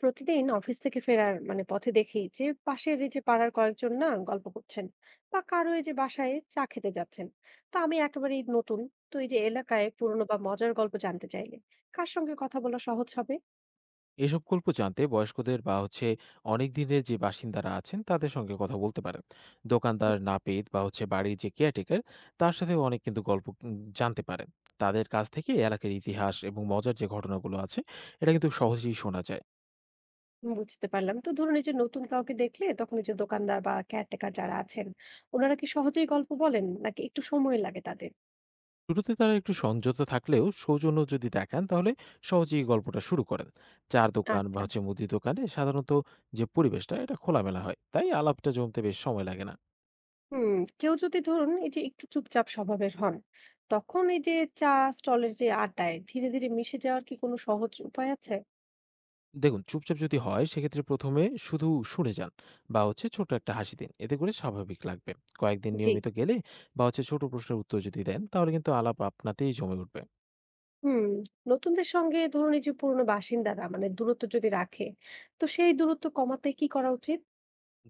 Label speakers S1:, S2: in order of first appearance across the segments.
S1: প্রতিদিন অফিস থেকে ফেরার মানে পথে দেখি যে পাশের এই যে পাড়ার কয়েকজন না গল্প করছেন বা কারো এই যে বাসায় চা খেতে যাচ্ছেন। তা আমি একেবারেই নতুন। তো এই যে এলাকায় পুরনো বা মজার গল্প জানতে চাইলে কার সঙ্গে কথা বলা সহজ হবে?
S2: এসব গল্প জানতে বয়স্কদের বা হচ্ছে অনেক দিনের যে বাসিন্দারা আছেন তাদের সঙ্গে কথা বলতে পারেন। দোকানদার নাপিত বা হচ্ছে বাড়ির যে কেয়ারটেকার তার সাথেও অনেক কিন্তু গল্প জানতে পারেন। তাদের কাছ থেকে এলাকার ইতিহাস এবং মজার যে ঘটনাগুলো আছে এটা কিন্তু সহজেই শোনা যায়।
S1: হুম, বুঝতে পারলাম। তো ধরুন এই যে নতুন কাউকে দেখলে তখন এই যে দোকানদার বা কেয়ারটেকার যারা আছেন, ওনারা কি সহজেই গল্প বলেন নাকি একটু সময় লাগে তাদের?
S2: শুরুতে তারা একটু সংযত থাকলেও সৌজন্য যদি দেখান তাহলে সহজেই গল্পটা শুরু করেন। চার দোকান বা
S1: আচ্ছা।
S2: হচ্ছে মুদি দোকানে সাধারণত যে পরিবেশটা এটা খোলামেলা হয়, তাই আলাপটা জমতে বেশ সময় লাগে না।
S1: হুম। কেউ যদি ধরুন এই যে একটু চুপচাপ স্বভাবের হন, তখন এই যে চা স্টলের যে আড্ডায় ধীরে ধীরে মিশে যাওয়ার কি কোনো সহজ উপায় আছে?
S2: দেখুন, চুপচাপ যদি হয় সেক্ষেত্রে প্রথমে শুধু শুনে যান বা হচ্ছে ছোট একটা হাসি দিন, এতে করে স্বাভাবিক লাগবে। কয়েকদিন
S1: জি।
S2: নিয়মিত গেলে বা হচ্ছে ছোট প্রশ্নের উত্তর যদি দেন তাহলে কিন্তু আলাপ আপনাতেই জমে উঠবে।
S1: হুম। নতুনদের সঙ্গে ধরুন এই যে পুরনো বাসিন্দারা মানে দূরত্ব যদি রাখে, তো সেই দূরত্ব কমাতে কি করা উচিত?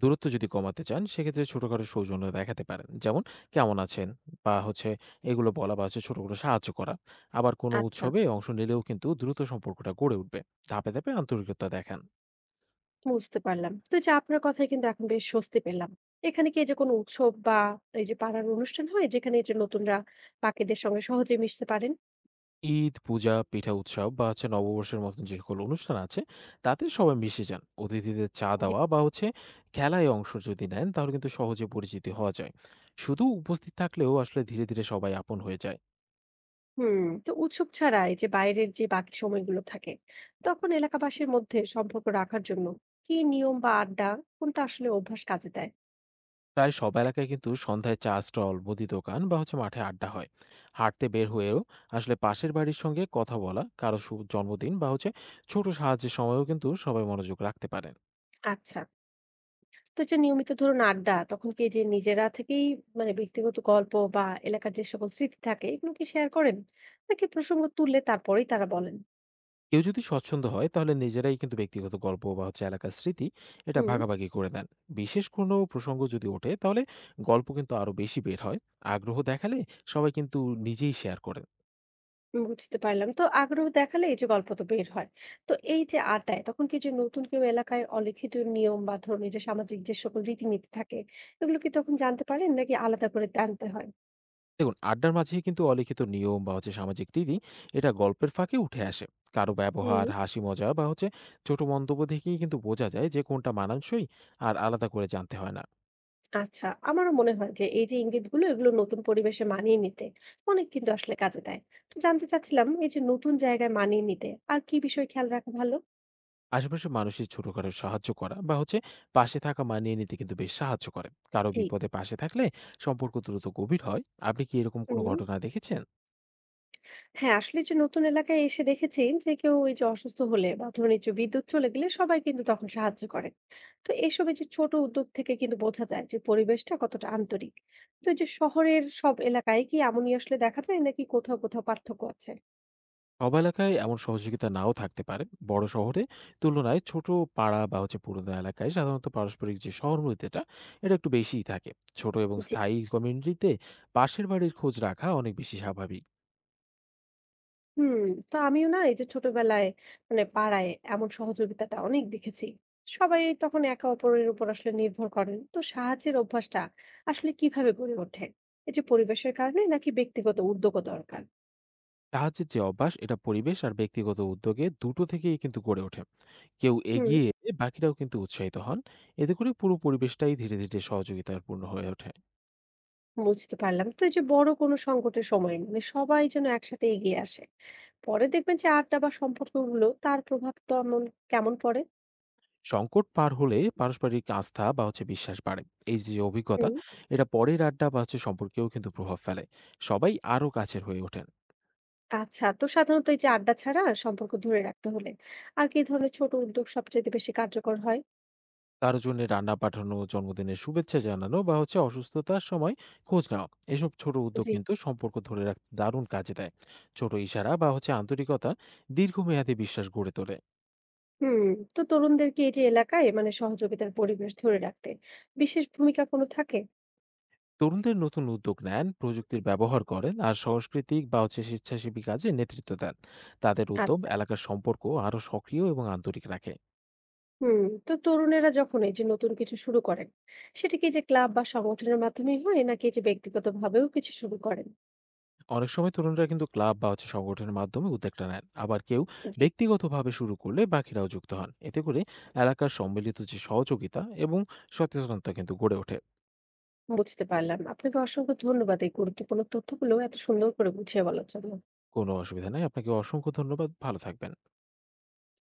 S2: দূরত্ব যদি কমাতে চান সেক্ষেত্রে ছোটখাটো সৌজন্য দেখাতে পারেন, যেমন কেমন আছেন বা হচ্ছে এগুলো বলা বা হচ্ছে ছোট করে সাহায্য করা। আবার কোনো
S1: আচ্ছা।
S2: উৎসবে অংশ নিলেও কিন্তু দ্রুত সম্পর্কটা গড়ে উঠবে। ধাপে ধাপে আন্তরিকতা দেখান।
S1: বুঝতে পারলাম। তো এই যে আপনার কথায় কিন্তু এখন বেশ স্বস্তি পেলাম। এখানে কি এই যে কোনো উৎসব বা এই যে পাড়ার অনুষ্ঠান হয় যেখানে এই যে নতুনরা বাকিদের সঙ্গে সহজে মিশতে পারেন?
S2: ঈদ, পূজা, পিঠা উৎসব বা হচ্ছে নববর্ষের মতন যে সকল অনুষ্ঠান আছে তাতে সবাই মিশে যান। অতিথিদের চা দেওয়া বা হচ্ছে খেলায় অংশ যদি নেন তাহলে কিন্তু সহজে পরিচিতি হওয়া যায়। শুধু উপস্থিত থাকলেও আসলে ধীরে ধীরে সবাই আপন হয়ে যায়।
S1: হুম। তো উৎসব ছাড়া এই যে বাইরের যে বাকি সময়গুলো থাকে, তখন এলাকাবাসীর মধ্যে সম্পর্ক রাখার জন্য কি নিয়ম বা আড্ডা, কোনটা আসলে অভ্যাস কাজে দেয়?
S2: প্রায় সব এলাকায় কিন্তু সন্ধ্যায় চা স্টল, মুদি দোকান বা হচ্ছে মাঠে আড্ডা হয়। হাঁটতে বের হয়েও আসলে পাশের বাড়ির সঙ্গে কথা বলা, কারো শুভ জন্মদিন বা হচ্ছে ছোট সাহায্যের সময়ও কিন্তু সবাই মনোযোগ রাখতে পারেন।
S1: আচ্ছা। তো যে নিয়মিত ধরুন আড্ডা তখন কি যে নিজেরা থেকেই মানে ব্যক্তিগত গল্প বা এলাকার যে সকল স্মৃতি থাকে এগুলো কি শেয়ার করেন নাকি প্রসঙ্গ তুললে তারপরেই তারা বলেন?
S2: কেউ যদি স্বচ্ছন্দ হয় তাহলে নিজেরাই কিন্তু ব্যক্তিগত গল্প বা হচ্ছে এলাকার স্মৃতি এটা
S1: হুম।
S2: ভাগাভাগি করে নেন। বিশেষ কোনো প্রসঙ্গ যদি ওঠে তাহলে গল্প কিন্তু আরো বেশি বের হয়। আগ্রহ দেখালে সবাই কিন্তু নিজেই শেয়ার করেন।
S1: বুঝতে পারলাম। তো আগ্রহ দেখালে এই যে গল্প তো বের হয়। তো এই যে আড্ডায় তখন কি যে নতুন কেউ এলাকায় অলিখিত নিয়ম বা ধরুন এই যে সামাজিক যে সকল রীতিনীতি থাকে এগুলো কি তখন জানতে পারেন নাকি আলাদা করে জানতে হয়?
S2: দেখুন, আড্ডার মাঝে কিন্তু অলিখিত নিয়ম বা হচ্ছে সামাজিক রীতি এটা গল্পের ফাঁকে উঠে আসে। কারো
S1: হুম।
S2: ব্যবহার, হাসি, মজা বা হচ্ছে ছোট মন্তব্য থেকেই কিন্তু বোঝা যায় যে কোনটা মানানসই। আর আলাদা করে জানতে হয় না।
S1: আচ্ছা, আমারও মনে হয় যে এই যে ইঙ্গিতগুলো এগুলো নতুন পরিবেশে মানিয়ে নিতে অনেক কিন্তু আসলে কাজে দেয়। তো জানতে চাচ্ছিলাম এই যে নতুন জায়গায় মানিয়ে নিতে আর কি বিষয় খেয়াল রাখা ভালো?
S2: আশেপাশের মানুষের ছোট করে সাহায্য করা বা হচ্ছে পাশে থাকা মানিয়ে নিতে কিন্তু বেশ সাহায্য করে। কারো
S1: জি।
S2: বিপদে পাশে থাকলে সম্পর্ক দ্রুত গভীর হয়। আপনি কি এরকম কোনো
S1: হুম।
S2: ঘটনা দেখেছেন?
S1: হ্যাঁ, আসলে যে নতুন এলাকায় এসে দেখেছি যে কেউ ওই যে অসুস্থ হলে বা ধরুন এই যে বিদ্যুৎ চলে গেলে সবাই কিন্তু তখন সাহায্য করে। তো এইসব এই যে ছোট উদ্যোগ থেকে কিন্তু বোঝা যায় যে পরিবেশটা কতটা আন্তরিক। তো এই যে শহরের সব এলাকায় কি এমনই আসলে দেখা যায় নাকি কোথাও কোথাও পার্থক্য আছে?
S2: সব এলাকায় এমন সহযোগিতা নাও থাকতে পারে। বড় শহরে তুলনায় ছোট পাড়া বা হচ্ছে পুরোনো এলাকায় সাধারণত পারস্পরিক যে সহমর্মিতাটা এটা একটু বেশিই থাকে। ছোট এবং
S1: যে।
S2: স্থায়ী কমিউনিটিতে পাশের বাড়ির খোঁজ রাখা অনেক বেশি স্বাভাবিক।
S1: হুম। তো আমিও না এই যে ছোটবেলায় মানে পাড়ায় এমন সহযোগিতাটা অনেক দেখেছি। সবাই তখন একে অপরের উপর আসলে নির্ভর করেন। তো সাহায্যের অভ্যাসটা আসলে কিভাবে গড়ে ওঠে? এই যে পরিবেশের কারণে নাকি ব্যক্তিগত উদ্যোগও দরকার?
S2: সাহায্যের যে অভ্যাস এটা পরিবেশ আর ব্যক্তিগত উদ্যোগে দুটো থেকেই কিন্তু গড়ে ওঠে। কেউ
S1: হুম।
S2: এগিয়ে এলে বাকিরাও কিন্তু উৎসাহিত হন। এতে করে পুরো পরিবেশটাই ধীরে ধীরে সহযোগিতার পূর্ণ হয়ে ওঠে।
S1: বুঝতে পারলাম। তো এই যে বড় কোনো সংকটের সময় মানে সবাই যেন একসাথে এগিয়ে আসে। পরে দেখবেন যে আড্ডা বা সম্পর্কগুলো তার প্রভাব তেমন কেমন পড়ে?
S2: সংকট পার হলে পারস্পরিক আস্থা বা হচ্ছে বিশ্বাস বাড়ে। এই যে অভিজ্ঞতা
S1: হুম।
S2: এটা পরের আড্ডা বা হচ্ছে সম্পর্কেও কিন্তু প্রভাব ফেলে। সবাই আরো কাছের হয়ে ওঠেন।
S1: আচ্ছা। তো সাধারণত এই যে আড্ডা ছাড়া সম্পর্ক ধরে রাখতে হলে আর কি ধরনের ছোট উদ্যোগ সবচেয়ে বেশি কার্যকর হয়?
S2: কারো জন্য রান্না পাঠানো, জন্মদিনের শুভেচ্ছা জানানো বা হচ্ছে অসুস্থতার সময় খোঁজ নেওয়া। এসব ছোট উদ্যোগ
S1: জি।
S2: কিন্তু সম্পর্ক ধরে রাখতে দারুণ কাজে দেয়। ছোট ইশারা বা হচ্ছে আন্তরিকতা দীর্ঘমেয়াদী বিশ্বাস গড়ে তোলে।
S1: হুম। তো তরুণদেরকে এই যে এলাকায় মানে সহযোগিতার পরিবেশ ধরে রাখতে বিশেষ ভূমিকা কোনো থাকে?
S2: তরুণদের নতুন উদ্যোগ নেন, প্রযুক্তির ব্যবহার করেন আর সাংস্কৃতিক বা হচ্ছে স্বেচ্ছাসেবী কাজে নেতৃত্ব দেন। তাদের উদ্যম
S1: আচ্ছা।
S2: এলাকার সম্পর্ক আরও সক্রিয় এবং আন্তরিক রাখে।
S1: হুম। তো তরুণেরা যখন এই যে নতুন কিছু শুরু করেন সেটা কি যে ক্লাব বা সংগঠনের মাধ্যমেই হয় নাকি এই যে ব্যক্তিগতভাবেও কিছু শুরু করেন?
S2: অনেক সময় তরুণরা কিন্তু ক্লাব বা হচ্ছে সংগঠনের মাধ্যমে উদ্যোগটা নেন, আবার কেউ
S1: জি,
S2: ব্যক্তিগতভাবে শুরু করলে বাকিরাও যুক্ত হন। এতে করে এলাকার সম্মিলিত যে সহযোগিতা এবং সচেতনতা কিন্তু গড়ে ওঠে।
S1: বুঝতে পারলাম। আপনাকে অসংখ্য ধন্যবাদ এই গুরুত্বপূর্ণ তথ্যগুলো এত সুন্দর করে বুঝিয়ে বলার জন্য।
S2: কোনো অসুবিধা নেই, আপনাকে অসংখ্য ধন্যবাদ, ভালো থাকবেন।